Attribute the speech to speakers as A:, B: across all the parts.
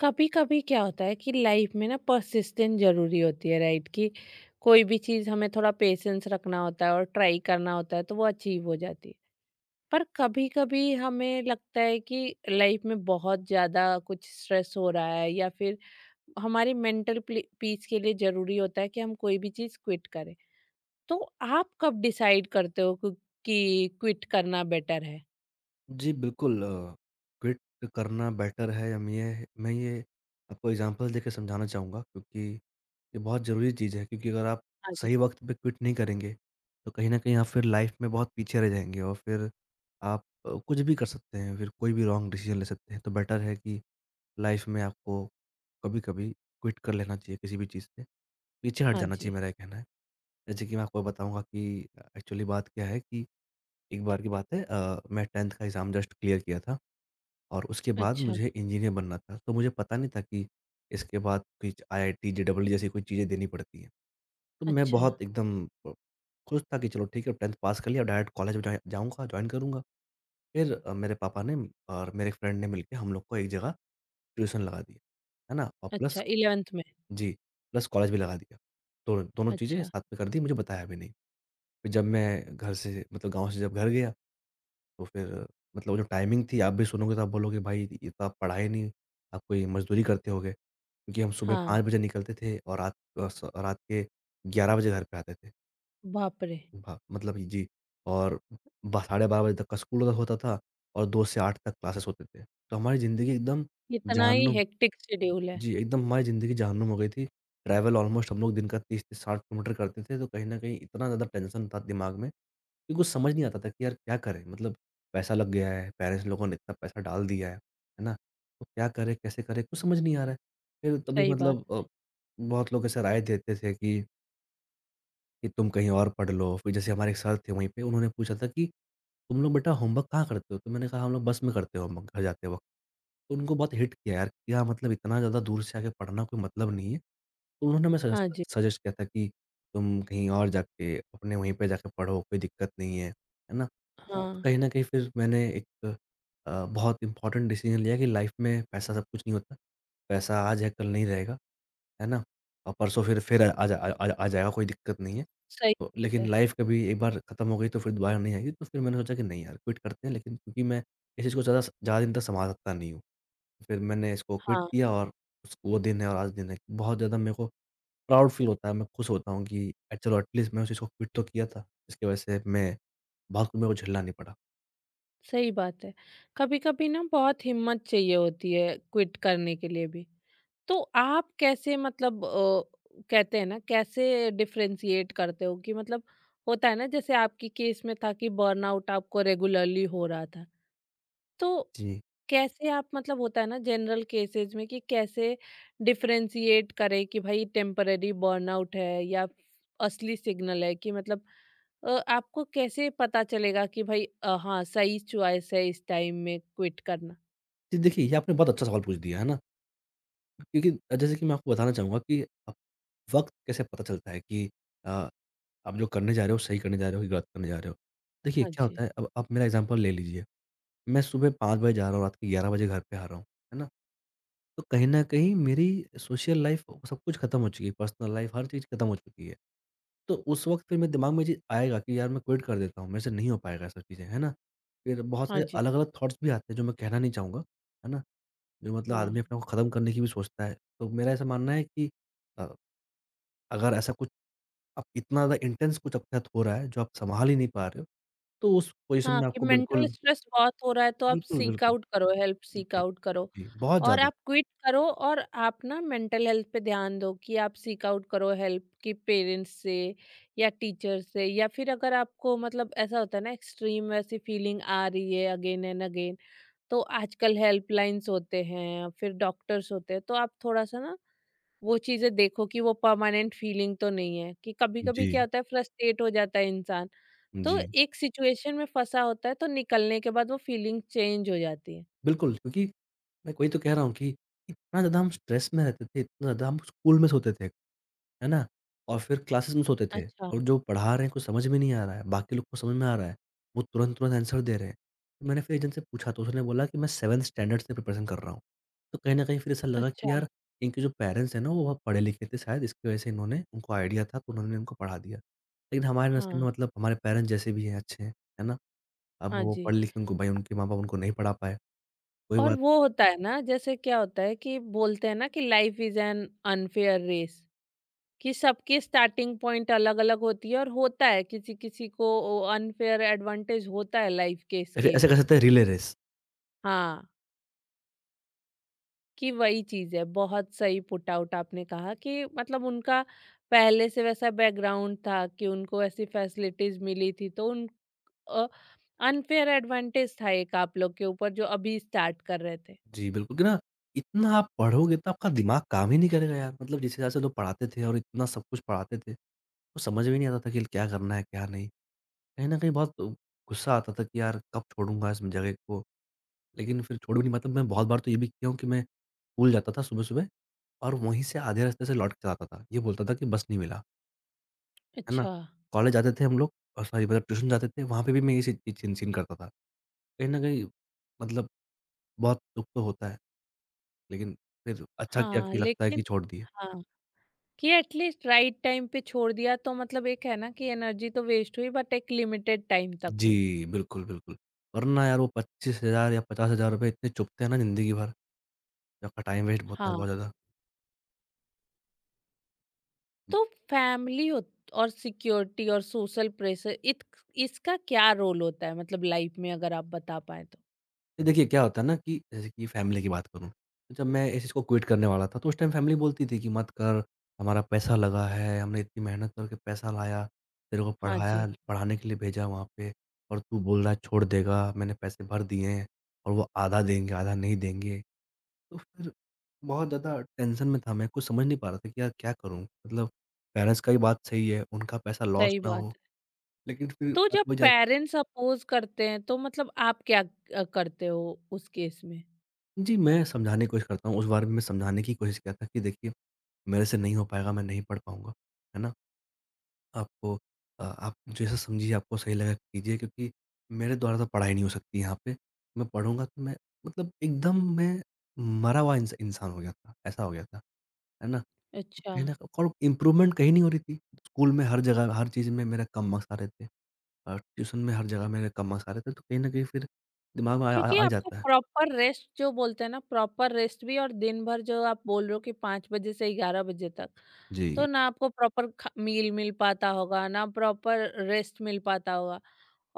A: कभी कभी क्या होता है कि लाइफ में ना परसिस्टेंट जरूरी होती है राइट कि कोई भी चीज हमें थोड़ा पेशेंस रखना होता है और ट्राई करना होता है तो वो अचीव हो जाती है। पर कभी कभी हमें लगता है कि लाइफ में बहुत ज्यादा कुछ स्ट्रेस हो रहा है या फिर हमारी मेंटल पीस के लिए जरूरी होता है कि हम कोई भी चीज क्विट करें। तो आप कब डिसाइड करते हो कि क्विट करना बेटर है?
B: जी, बिल्कुल क्विट करना बेटर है। हम ये मैं ये आपको एग्ज़ाम्पल देके समझाना चाहूँगा, क्योंकि ये बहुत ज़रूरी चीज़ है। क्योंकि अगर आप
A: हाँ जी।
B: सही वक़्त पे क्विट नहीं करेंगे, तो कहीं न कहीं आप फिर लाइफ़ में बहुत पीछे रह जाएँगे, और फिर आप कुछ भी कर सकते हैं, फिर कोई भी रॉन्ग डिसीज़न ले सकते हैं। तो बेटर है कि लाइफ़ में आपको कभी-कभी क्विट कर लेना चाहिए किसी भी चीज़ से, पीछे हट
A: हाँ
B: जाना
A: जी।
B: चाहिए, मेरा ये कहना है। जैसे कि मैं आपको बताऊँगा कि एक्चुअली बात क्या है कि एक बार की बात है, मैं 10th का एग्ज़ाम जस्ट क्लियर किया था। और उसके बाद
A: अच्छा।
B: मुझे इंजीनियर बनना था। तो मुझे पता नहीं था कि इसके बाद कुछ आईआईटी, जेईई जैसी कोई चीज़ें देनी पड़ती हैं। तो मैं
A: अच्छा।
B: बहुत एकदम अ, खुश था कि चलो ठीक है, 10th पास कर लिया, डायरेक्ट कॉलेज में जाए जाऊँगा, जॉइन करूँगा। फिर मेरे पापा ने और मेरे फ्रेंड ने मिलके हम लोग को एक जगह ट्यूशन लगा दिया, है ना? और
A: अच्छा,
B: प्लस,
A: इलेवेंथ में।
B: जी, प्लस कॉलेज भी लगा दिया। दोनों दोनों चीज़ें
A: अच्छा।
B: साथ में कर दी, मुझे बताया भी नहीं। फिर जब मैं घर से मतलब गाँव से जब घर गया, तो फिर मतलब वो जो टाइमिंग थी, आप भी सुनोगे तो आप बोलोगे, भाई ये तो आप पढ़ाए नहीं, आप कोई मज़दूरी करते होंगे। क्योंकि हम सुबह
A: हाँ।
B: 5 बजे निकलते थे और रात अ, स रात के 11 बजे घर पे आते थे।
A: बाप रे!
B: भा मतलब ये जी। और ब साढ़े 12 बजे तक का स्कूल हो होता था, और 2 से 8 तक क्लासेस होते थे। तो हमारी ज़िंदगी एकदम
A: इतना ही
B: जहन्नुम।
A: हेक्टिक शेड्यूल है,
B: जी, एकदम हमारी ज़िंदगी जहन्नुम हो गई थी। ट्रैवल ऑलमोस्ट हम लोग दिन का 30 से 60 किलोमीटर करते थे, तो कहीं न कहीं इतना ज़्यादा टेंशन था दिमाग में। मेरे को समझ नहीं आता था कि यार क्या करें? मतलब पैसा लग गया है, पेरेंट्स लोगों ने इतना पैसा डाल दिया है ना? तो क्या करें, कैसे करें? कुछ समझ नहीं आ रहा है। फिर तभी
A: सही बात।
B: मतलब बहुत लोग ऐसा राय देते थे कि तुम कहीं और पढ़ लो। फिर जैसे हमारे एक सर थे वहीं पे, उन्होंने पूछा था कि तुम लोग बेटा होमवर्क कहाँ करते हो? तो मैंने कहा, हम लोग बस में करते हैं होमवर्क घर जाते वक़्त। तो उनको बहुत हिट किया यार, क्या मतलब इतना ज़्यादा दूर से आके पढ़ना कोई मतलब नहीं है। तो उन्होंने हमें
A: हाँ
B: सजेस्ट
A: जी,
B: सजेस्ट किया था कि तुम कहीं और जाके अपने वहीं पे जाके पढ़ो, कोई दिक्कत नहीं है, है ना? तो
A: हाँ,
B: कहीं न कहीं फिर मैंने एक बहुत इम्पोर्टेंट डिसीज़न लिया कि लाइफ़ में पैसा सब कुछ नहीं होता। पैसा आज है, कल नहीं रहेगा, है ना? और परसों फिर आ जा आ आ आ जाएगा, कोई दिक्कत नहीं है।
A: सही
B: तो
A: बात
B: लेकिन
A: है।
B: लाइफ़ कभी एक बार खत्म हो गई, तो फिर दोबारा नहीं आएगी। तो फिर मैंने सोचा कि नहीं यार, क्विट करते हैं, लेकिन क्योंकि मैं इस चीज़ को ज़्यादा ज़्यादा दिन तक सँभाल सकता नहीं हूँ। फिर मैंने इसको क्विट
A: हाँ,
B: किया, और उस वो दिन है और आज दिन है। बहुत ज़्यादा मेरे को प्राउड फ़ील होता है, मैं खुश होता हूँ कि चलो एटलीस्ट मैं उस चीज़ को क्विट तो किया था, जिसकी वज़ह से मैं बहुत कुछ मेरे को झेलना नहीं पड़ा।
A: सही बात है। कभी-कभी ना बहुत हिम्मत चाहिए होती है क्विट करने के लिए भी। तो आप कैसे मतलब कहते हैं ना कैसे डिफरेंशिएट करते हो कि मतलब होता है ना जैसे आपकी केस में था कि बर्नआउट आपको रेगुलरली हो रहा था। तो
B: जी।
A: कैसे आप मतलब होता है ना जनरल केसेस में कि कैसे डिफरेंशिएट करें कि भाई टेम्पररी बर्नआउट है या असली सिग्नल है कि मतलब आपको कैसे पता चलेगा कि भाई हाँ सही चॉइस है इस टाइम में क्विट करना?
B: जी, देखिए, ये आपने बहुत अच्छा सवाल पूछ दिया, है ना? क्योंकि जैसे कि मैं आपको बताना चाहूँगा कि अ, वक़्त कैसे पता चलता है कि अ, आप जो करने जा रहे हो, सही करने जा रहे हो कि गलत करने जा रहे हो। देखिए
A: हाँ
B: क्या
A: जी।
B: होता है, अब आप मेरा एग्ज़ाम्पल ले लीजिए, मैं सुबह 5 बजे जा रहा हूँ, रात के 11 बजे घर पे आ रहा हूँ, है ना? तो कहीं न कहीं मेरी सोशल लाइफ़ सब कुछ खत्म हो चुकी है, पर्सनल लाइफ़ हर चीज़ खत्म हो चुकी है। तो उस वक़्त फिर मेरे दिमाग में ये आएगा कि यार मैं क्विट कर देता हूँ, मेरे से नहीं हो पाएगा ये सब चीज़ें, है ना? फिर बहुत
A: हाँ
B: सारे
A: जी।
B: अलग-अलग थॉट्स भी आते हैं जो मैं कहना नहीं चाहूँगा, है ना? जो मतलब
A: वाह।
B: आदमी अपने आप को ख़त्म करने की भी सोचता है। तो मेरा ऐसा मानना है कि अ, अगर ऐसा कुछ, अब इतना ज़्यादा इंटेंस कुछ आपके साथ हो रहा है जो आप सँभाल ही नहीं पा रहे हो, तो उस पोज़ीशन
A: हाँ
B: में
A: कि
B: आपको
A: मेंटल
B: बिल्कुल।
A: स्ट्रेस बहुत हो रहा है तो आप
B: बिल्कुल,
A: सीक
B: बिल्कुल।
A: आउट करो हेल्प सीक
B: जी,
A: आउट करो
B: जी, बहुत
A: और
B: ज़्यादा।
A: आप क्विट करो। और आप ना मेंटल हेल्थ पे ध्यान दो कि आप सीक आउट करो हेल्प कि पेरेंट्स से या टीचर से या फिर अगर आपको मतलब ऐसा होता है ना एक्सट्रीम ऐसी फीलिंग आ रही है अगेन एंड अगेन तो आजकल हेल्पलाइंस होते हैं फिर डॉक्टर्स होते हैं तो आप थोड़ा सा ना वो चीज़ें देखो कि वो परमानेंट फीलिंग तो नहीं है कि कभी
B: जी,
A: कभी क्या होता है फ्रस्ट्रेट हो जाता है इंसान। तो
B: जी,
A: एक सिचुएशन में फंसा होता है तो निकलने के बाद वो फीलिंग चेंज हो जाती है।
B: बिल्कुल, क्योंकि मैं वही तो कह रहा हूँ कि इतना ज़्यादा हम स्ट्रेस में रहते थे, इतना ज़्यादा हम स्कूल में सोते थे। है ना? और फिर क्लासेस में सोते थे,
A: अच्छा।
B: और जो पढ़ा रहे हैं कुछ समझ में नहीं आ रहा है, बाकी लोग को समझ में आ रहा है, वो तुरंत-तुरंत आंसर दे रहे हैं। तो मैंने फिर एक जन से पूछा, तो उसने बोला कि मैं 7th स्टैंडर्ड से प्रिपरेशन कर रहा हूँ। तो कहीं न कहीं फिर ऐसा लगा कि
A: अच्छा।
B: यार इनके जो पेरेंट्स हैं ना, वो बहुत पढ़े-लिखे थे, शायद इसकी वज़ह से इन्होंने उनको आइडिया था, तो उन्होंने उनको पढ़ा दिया। लेकिन हमारे नसीब
A: हाँ।
B: में, मतलब हमारे पेरेंट्स जैसे भी हैं अच्छे हैं, है ना? अब
A: हाँ
B: वो
A: जी।
B: पढ़ लिख के उनको भाई, उनके माँ-बाप उनको नहीं पढ़ा पाए, कोई
A: और
B: बात
A: वो
B: नहीं।
A: होता है ना जैसे क्या होता है कि बोलते हैं ना कि life is an unfair race कि सबकी स्टार्टिंग पॉइंट अलग अलग होती है और होता है किसी किसी को अनफेयर एडवांटेज होता है लाइफ के इस
B: ऐसे ऐसे
A: गेम
B: कह
A: में।
B: सकते हैं, रिले रेस।
A: हाँ कि वही चीज है बहुत सही पुट आउट आपने कहा कि मतलब उनका पहले से वैसा बैकग्राउंड था कि उनको ऐसी फैसिलिटीज मिली थी तो उन अनफेयर एडवांटेज था एक आप लोग के ऊपर जो अभी स्टार्ट कर रहे थे।
B: जी, बिल्कुल कि ना, इतना आप पढ़ोगे तो आपका दिमाग काम ही नहीं करेगा यार। मतलब जिस हिसाब से लोग पढ़ाते थे और इतना सब कुछ पढ़ाते थे, तो समझ में नहीं आता था कि क्या करना है, क्या नहीं। कहीं न कहीं बहुत गुस्सा आता था कि यार कब छोड़ूँगा इस जगह को, लेकिन फिर छोड़ भी नहीं पाता। मैं बहुत बार तो ये भी किया हूँ कि मैं स्कूल जाता था सुबह-सुबह और वहीं से आधे रास्ते से लौट के आता था। ये बोलता था कि बस नहीं मिला, है ना?
A: अच्छा।
B: कॉलेज जाते थे हम लोग, और सॉरी मतलब ट्यूशन जाते थे, वहाँ पे भी मैं ये चीज़ चिन-चिन करता था। कहीं न कहीं मतलब बहुत दुःख तो होता है। लेकिन फिर अच्छा किया
A: हाँ।
B: कि लगता है कि
A: लेकिन
B: छोड़ दिए।
A: हाँ कि एटलीस्ट राइट टाइम पे छोड़ दिया तो मतलब एक है ना कि एनर्जी तो वेस्ट हुई बट एक लिमिटेड टाइम तक
B: जी,
A: हुई।
B: बिल्कुल, बिल्कुल। वरना यार वो 25,000 या ₹50,000 इतने चुभते हैं ना ज़िंदगी भर, जो आपका टाइम वेस्ट होता है
A: हाँ।
B: बहुत ज़्यादा।
A: तो फैमिली होत और सिक्योरिटी और सोशल प्रेशर इत्क इसका क्या रोल होता है मतलब लाइफ में अगर आप बता पाएँ तो?
B: ये देखिए क्या होता है ना कि जैसे कि फैमिली की बात करूँ, तो जब मैं इस चीज़ को क्विट करने वाला था, तो उस टाइम फैमिली बोलती थी कि मत कर, हमारा पैसा लगा है, हमने इतनी मेहनत करके पैसा लाया, तेरे को
A: हाँ जी,
B: पढ़ाया, पढ़ाने के लिए भेजा वहाँ पे, और तू बोल रहा है छोड़ देगा, मैंने पैसे भर दिए हैं, और वो आधा देंगे, आधा नहीं देंगे। तो फिर बहुत ज़्यादा टेंशन में था, मैं कुछ समझ नहीं पा रहा था कि यार क्या करूँ? मतलब पेरेंट्स का भी बात सही है, उनका पैसा लॉस
A: सही
B: ना
A: बात
B: हो,
A: है।
B: लेकिन फिर
A: तो
B: बात
A: जब
B: वही जा।
A: पेरेंट्स अपोज़ करते हैं तो मतलब आप क्या करते हो उस केस में?
B: जी, मैं समझाने की कोशिश करता हूँ, उस बारे में मैं समझाने की कोशिश किया था कि देखिए मेरे से नहीं हो पाएगा, मैं नहीं पढ़ पाऊँगा, है ना? आपको आप जैसा समझिए आपको सही लगा कीजिए, क्योंकि मेरे द्वारा तो पढ़ाई नहीं हो सकती यहाँ पे। मैं पढ़ूँगा तो मैं मतलब एकदम मैं मरा हुआ इंसान हो गया था, ऐसा हो गया था, है ना?
A: अच्छा।
B: कहीं न और इम्प्रूवमेंट कहीं नहीं हो रही थी। स्कूल में हर जगह हर चीज़ में मेरे कम मार्क्स आ रहे थे, और ट्यूशन में हर जगह मेरे कम मार्क्स आ रहे थे, तो कहीं न कहीं फिर दिमाग में आ आ
A: क्योंकि
B: आ ही
A: आपको
B: जाता है।
A: प्रॉपर रेस्ट जो बोलते हैं ना प्रॉपर रेस्ट भी और दिन भर जो आप बोल रहे हो कि 5 बजे से 11 बजे तक,
B: जी।
A: तो ना आपको प्रॉपर ख मील मिल पाता होगा, ना प्रॉपर रेस्ट मिल पाता होगा।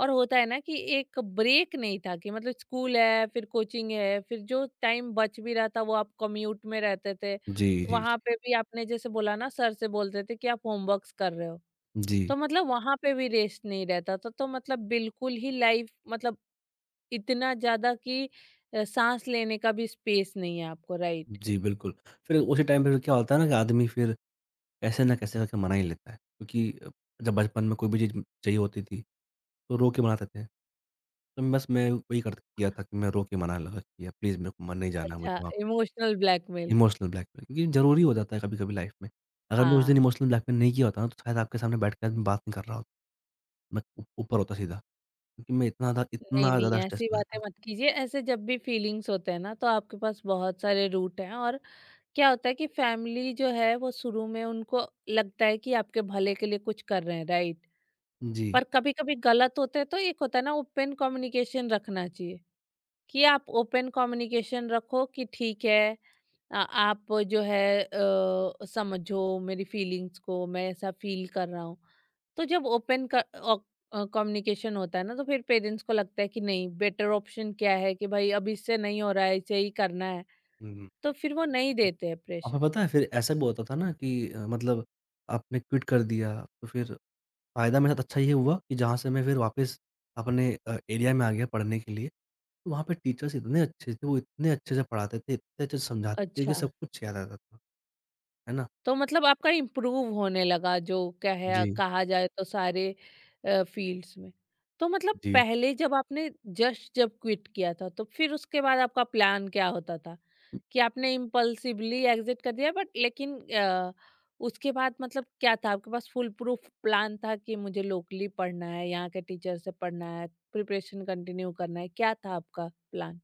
A: और होता है ना कि एक ब्रेक नहीं था कि मतलब स्कूल है, फिर कोचिंग है, फिर जो टाइम बच भी रहा था वो आप कम्यूट में रहते थे।
B: जी, जी,
A: वहाँ पे भी आपने जैसे बोला ना सर से बोलते थे कि आप होमवर्क्स कर रहे हो,
B: जी।
A: तो मतलब वहाँ पे भी रेस्ट नहीं रहता था। तो मतलब बिल्कुल ही लाइफ मतलब इतना ज़्यादा कि साँस लेने का भी स्पेस नहीं है आपको, राइट?
B: जी, बिल्कुल। फिर उसी टाइम पे क्या होता है ना कि आदमी फिर कैसे ना कैसे करके मना ही लेता है, क्योंकि जब बचपन में कोई भी चीज़ चाहिए होती थी, तो रो के मनाते थे। तो बस मैं वही कर किया था कि मैं रो के मनाने लगा कि, "यार प्लीज़ मेरे को म नहीं जाना है
A: अच्छा,
B: मुझे वहाँ पे।"
A: Emotional blackmail.
B: इमोशनल ब्लैकमेल, क्योंकि ज़रूरी हो जाता है कभी-कभी लाइफ में। अगर मैं उस दिन
A: हाँ।
B: इमोशनल ब्लैकमेल नहीं किया होता ना, तो शायद आपके सामने बैठ के आज मैं बात नहीं कर रहा होता। मैं ऊ ऊपर होता सीधा, क्योंकि मैं
A: नहीं,
B: इतना
A: नहीं,
B: ज़्यादा स्ट्रेस
A: ऐसी
B: में
A: बातें
B: था।
A: मत कीजिए। ऐसे जब भी फीलिंग्स होते हैं ना, तो आपके पास बहुत सारे रूट हैं। और क्या होता है कि फैमिली जो है, वो शुरू में उनको लगता है कि आपके भले के लिए कुछ कर रहे हैं, राइट?
B: जी।
A: पर कभी-कभी गलत होते हैं, तो एक होता है ना ओपन कम्युनिकेशन रखना चाहिए, कि आप ओपन कम्युनिकेशन रखो कि ठीक है आ- आप जो है समझो मेरी फीलिंग्स को, मैं ऐसा फील कर रहा हूँ। तो जब ओपन कम्युनिकेशन होता है ना तो फिर पेरेंट्स को लगता है कि नहीं बेटर ऑप्शन क्या है कि भाई अब इससे नहीं हो रहा है इसे ही करना है,
B: हुँ।
A: तो फिर वो नहीं देते हैं
B: आपको
A: प्रेशर।
B: पता है फिर ऐसा भी होता था ना कि मतलब आपने क्विट कर दिया, तो फिर फ़ायदा मेरे साथ अच्छा ये हुआ कि जहाँ से मैं फिर वापस अपने एरिया में आ गया पढ़ने के लिए। तो वहाँ पे टीचर्स इतने अच्छे थे, वो इतने अच्छे से पढ़ाते थे, इतने अच्छे से समझाते थे
A: अच्छा।
B: कि सब कुछ याद आता था। है ना?
A: तो मतलब आपका इम्प्रूव होने लगा जो क्या है
B: जी,
A: कहा जाए तो सारे फील्ड्स में। तो मतलब
B: जी।
A: पहले जब आपने जस्ट जब क्विट किया था तो फिर उसके बाद आपका प्लान क्या होता था कि आपने इम्पल्सिवली एग्जिट कर दिया बट लेकिन उसके बाद मतलब क्या था आपके पास? फुल प्रूफ प्लान था कि मुझे लोकली पढ़ना है, यहाँ के टीचर से पढ़ना है, प्रिपरेशन कंटिन्यू करना है, क्या था आपका प्लान?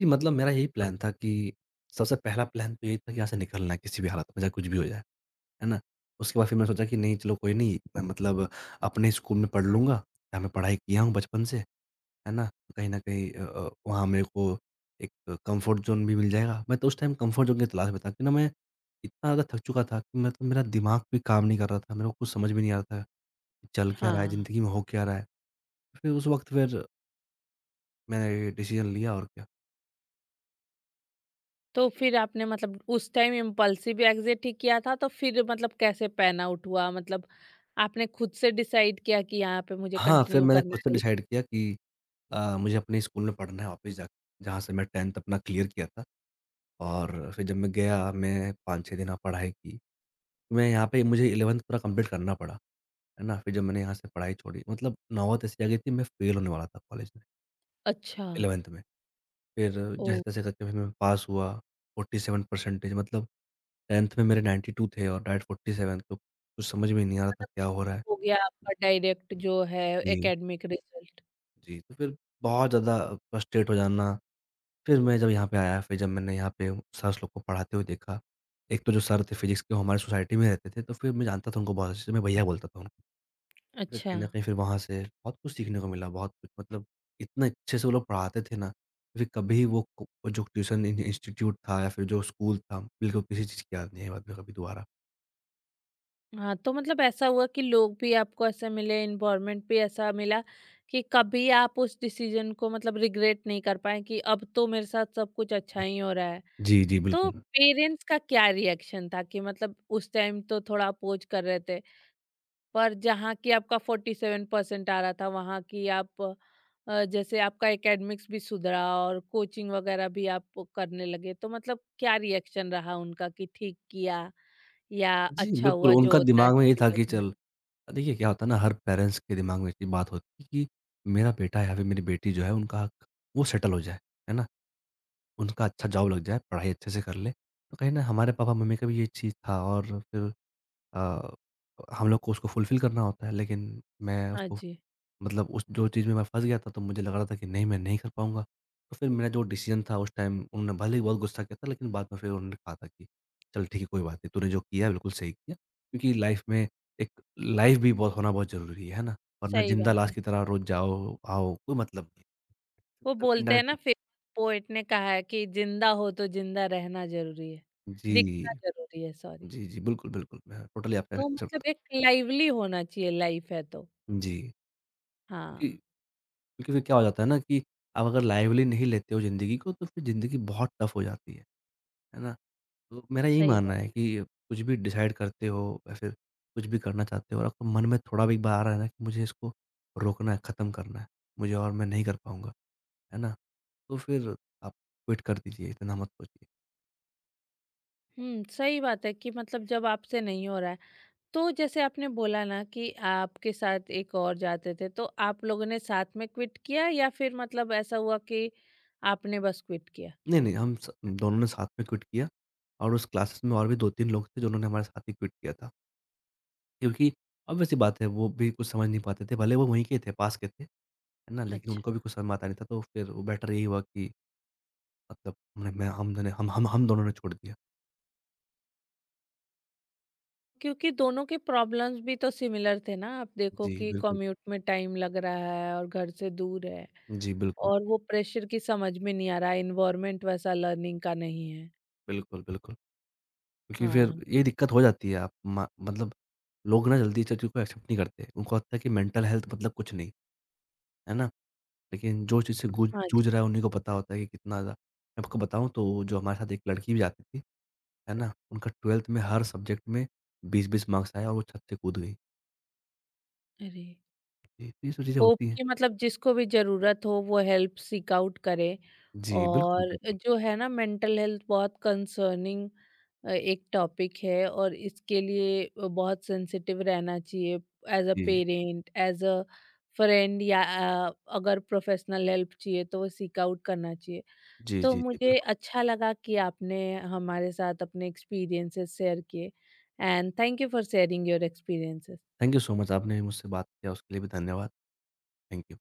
B: जी, मतलब मेरा यही प्लान था कि सबसे पहला प्लान तो यही था कि यहाँ से निकलना है किसी भी हालत में, चाहे कुछ भी हो जाए। है ना? उसके बाद फिर मैंने सोचा कि नहीं चलो कोई नहीं, मैं मतलब अपने स्कूल में पढ़ लूँगा, जहाँ मैं पढ़ाई किया हूँ बचपन से। है ना? कहीं न कहीं वहाँ मेरे को एक कम्फर्ट ज़ोन भी मिल जाएगा। मैं तो उस टाइम कम्फर्ट ज़ोन की तलाश में था कि ना मैं इतना ज़्यादा थक चुका था कि मतलब मेरा दिमाग भी काम नहीं कर रहा था, मेरे को कुछ समझ में नहीं आ रहा था, कि चल क्या रहा है
A: हाँ।
B: ज़िंदगी में, हो क्या रहा है। फिर उस वक़्त फिर मैंने डिसीज़न लिया और क्या।
A: तो फिर आपने मतलब उस टाइम इम्पल्सिव एग्जिट ही किया था तो फिर मतलब कैसे पैन आउट हुआ मतलब आपने खुद से डिसाइड किया कि यहाँ पे मुझे
B: हाँ, फिर
A: कंटिन्यू
B: मैंने
A: करना
B: खुद से
A: है?
B: डिसाइड किया कि मुझे अपने स्कूल में पढ़ना है वापस जाके, जहाँ से मैं 10th अपना क्लियर किया था। और फिर जब मैं गया, मैं 5-6 दिन यहाँ पढ़ाई की। तो मैं यहाँ पे मुझे 11th पूरा कंप्लीट करना पड़ा, है ना? फिर जब मैंने यहाँ से पढ़ाई छोड़ी मतलब नौबत ऐसी आ गई थी मैं फेल होने वाला था कॉलेज में,
A: अच्छा।
B: 11th में। फिर
A: ओ।
B: जैसे-तैसे करके फिर मैं पास हुआ, 47 परसेंटेज मतलब 10th में मेरे 92 थे और डायरेक्ट 47, तो कुछ समझ में नहीं आ रहा था क्या हो रहा है?
A: हो गया आपका डायरेक्ट जो है
B: जी,
A: एकेडमिक रिजल्ट।
B: जी। तो फिर बहुत ज़्यादा फ्रस्ट्रेट हो जाना। फिर मैं जब यहाँ पे आया, फिर जब मैंने यहाँ पे सर्स लोग को पढ़ाते हुए देखा, एक तो जो सर थे फ़िज़िक्स के वो हमारी सोसाइटी में रहते थे, तो फिर मैं जानता था उनको बहुत अच्छे से, मैं भैया बोलता था उनको। फिर
A: अच्छा।
B: कहीं न कहीं फिर वहाँ से बहुत कुछ सीखने को मिला, बहुत कुछ मतलब इतने अच्छे से वो लोग पढ़ाते थे ना, फिर कभी वो जो ट्यूशन इन इंस्टीट्यूट था या फिर जो स्कूल था, बिल्कुल किसी चीज़ की याद नहीं आई बाद में कभी दोबारा।
A: हाँ, तो मतलब ऐसा हुआ कि लोग भी आपको ऐसे मिले, एनवायरनमेंट भी ऐसा मिला कि कभी आप उस डिसीजन को मतलब रिग्रेट नहीं कर पाए कि अब तो मेरे साथ सब कुछ अच्छा ही हो रहा है।
B: जी, जी,
A: तो
B: बिल्कुल।
A: पेरेंट्स का क्या रिएक्शन था कि मतलब उस टाइम तो थोड़ा अपोज कर रहे थे, पर जहाँ की आपका 47% आ रहा था, वहाँ की आप जैसे आपका एकेडमिक्स भी सुधरा और कोचिंग वगैरह भी आप करने लगे, तो मतलब क्या रिएक्शन रहा उनका कि ठीक किया या
B: जी,
A: अच्छा
B: बिल्कुल,
A: हुआ जो
B: उनका
A: होता है?
B: दिमाग में ये
A: अच्छे
B: था
A: के
B: कि
A: लिए।
B: चल देखिए क्या होता है ना, हर पेरेंट्स के दिमाग में एक ही बात होती है कि मेरा बेटा या फिर मेरी बेटी जो है, उनका हक वो सेटल हो जाए, है ना? उनका अच्छा जॉब लग जाए, पढ़ाई अच्छे से कर लें। तो कहीं न हमारे पापा-मम्मी का भी ये चीज़ था और फिर अ, हम लोग को उसको फुलफ़िल करना होता है, लेकिन मैं
A: हाँ
B: उसको
A: जी,
B: मतलब उस जो चीज़ में मैं फँस गया था, तो मुझे लग रहा था कि नहीं, मैं नहीं कर पाऊँगा। तो फिर मेरा जो डिसीज़न था उस टाइम उन्होंने भले ही बहुत गुस्सा किया था, लेकिन बाद में फिर उन्होंने कहा था कि, "चल ठीक है, कोई बात नहीं, तूने जो किया बिल्कुल सही किया।" क्योंकि लाइफ़ में एक लाइफ़ भी बहुत होना बहुत ज़रूरी है ना? वरना
A: सही
B: ज़िंदा
A: बात
B: लाश
A: है।
B: की तरह रोज़ जाओ, आओ, कोई मतलब नहीं।
A: वो
B: तो
A: बोलते हैं ना
B: इनडायरेक्टली
A: फेमस पोएट ने कहा है कि जिंदा हो तो जिंदा रहना ज़रूरी है,
B: जी।
A: दिखना ज़रूरी है सॉरी।
B: जी, जी। बिल्कुल, बिल्कुल। मैं टोटली आपका
A: तो
B: एक्सेप्ट
A: मतलब
B: करता
A: एक लाइवली होना चाहिए लाइफ है तो।
B: हूँ। जी। क्योंकि
A: हाँ,
B: क्योंकि फिर क्या हो जाता है ना कि आप अगर लाइवली नहीं लेते हो ज़िंदगी को तो फिर ज़िंदगी बहुत टफ़ हो जाती है। है ना? तो मेरा यही
A: सही
B: मानना
A: बात
B: है
A: है।
B: कि कुछ भी डिसाइड करते हो या फिर कुछ भी करना चाहते हो और आपके मन में थोड़ा भी एक बार आ रहा है ना कि मुझे इसको रोकना है, ख़त्म करना है, मुझे और मैं नहीं कर पाऊँगा। है ना? तो फिर आप क्विट कर दीजिए, इतना मत सोचिए।
A: हुँ, सही बात है कि मतलब जब आपसे नहीं हो रहा है तो जैसे आपने बोला ना कि आपके साथ एक और जाते थे, तो आप लोगों ने साथ में क्विट किया या फिर मतलब ऐसा हुआ कि आपने बस क्विट किया?
B: नहीं, हम स दोनों ने साथ में क्विट किया और उस क्लासेस में और भी 2-3 लोग थे, जिन्होंने हमारे साथ ही क्विट किया था। क्योंकि ऑब्वियस सी बात है वो भी कुछ समझ नहीं पाते थे, भले वो वहीं के थे, पास के थे, है ना? लेकिन उनको भी
A: अच्छा।
B: कुछ समझ में आता नहीं था, तो फिर वो बेटर यही हुआ कि मतलब हमने मैं हम दोनों ने छोड़ दिया।
A: क्योंकि दोनों के प्रॉब्लम्स भी तो सिमिलर थे ना, आप देखो
B: जी,
A: कि
B: बिल्कुल।
A: कम्यूट में टाइम लग रहा है और घर से दूर है
B: जी, बिल्कुल,
A: और वो प्रेशर की समझ में नहीं आ रहा, एनवायरमेंट वैसा लर्निंग का नहीं है।
B: बिल्कुल। क्योंकि फिर
A: हाँ।
B: ये दिक्कत हो जाती है आप म मतलब लोग ना जल्दी चीज़ों को एक्सेप्ट नहीं करते। उनको लगता है कि मेंटल हेल्थ मतलब कुछ नहीं, है ना? लेकिन जो चीज़ से गुज
A: हाँ
B: जूझ रहा है
A: जी।
B: उन्हीं को पता होता है कि कितना ज़्यादा मैं आपको बताऊँ तो जो हमारे साथ एक लड़की भी जाती थी, है ना? उनका 12th में हर सब्जेक्ट में 20-20 मार्क्स आए और वो छत से कूद गई।
A: अरे।
B: जी, तो ये सब चीज़ें
A: होप
B: होती हैं।
A: कि मतलब जिसको भी ज़रूरत हो वो हेल्प सीक आउट करे।
B: जी, बिल्कुल,
A: और
B: बिल्कुल।
A: जो है ना मेंटल हेल्थ बहुत कंसर्निंग एक टॉपिक है और इसके लिए बहुत सेंसिटिव रहना चाहिए एज अ
B: जी।
A: पेरेंट, एज अ फ्रेंड या अगर प्रोफेशनल हेल्प चाहिए तो वो सीक आउट करना चाहिए।
B: जी,
A: तो
B: जी, जी,
A: मुझे
B: बिल्कुल।
A: अच्छा लगा कि आपने हमारे साथ अपने एक्सपीरियंसेस शेयर किए, and thank you for sharing your experiences.
B: Thank you so much आपने मुझसे बात किया उसके लिए भी धन्यवाद। Thank you.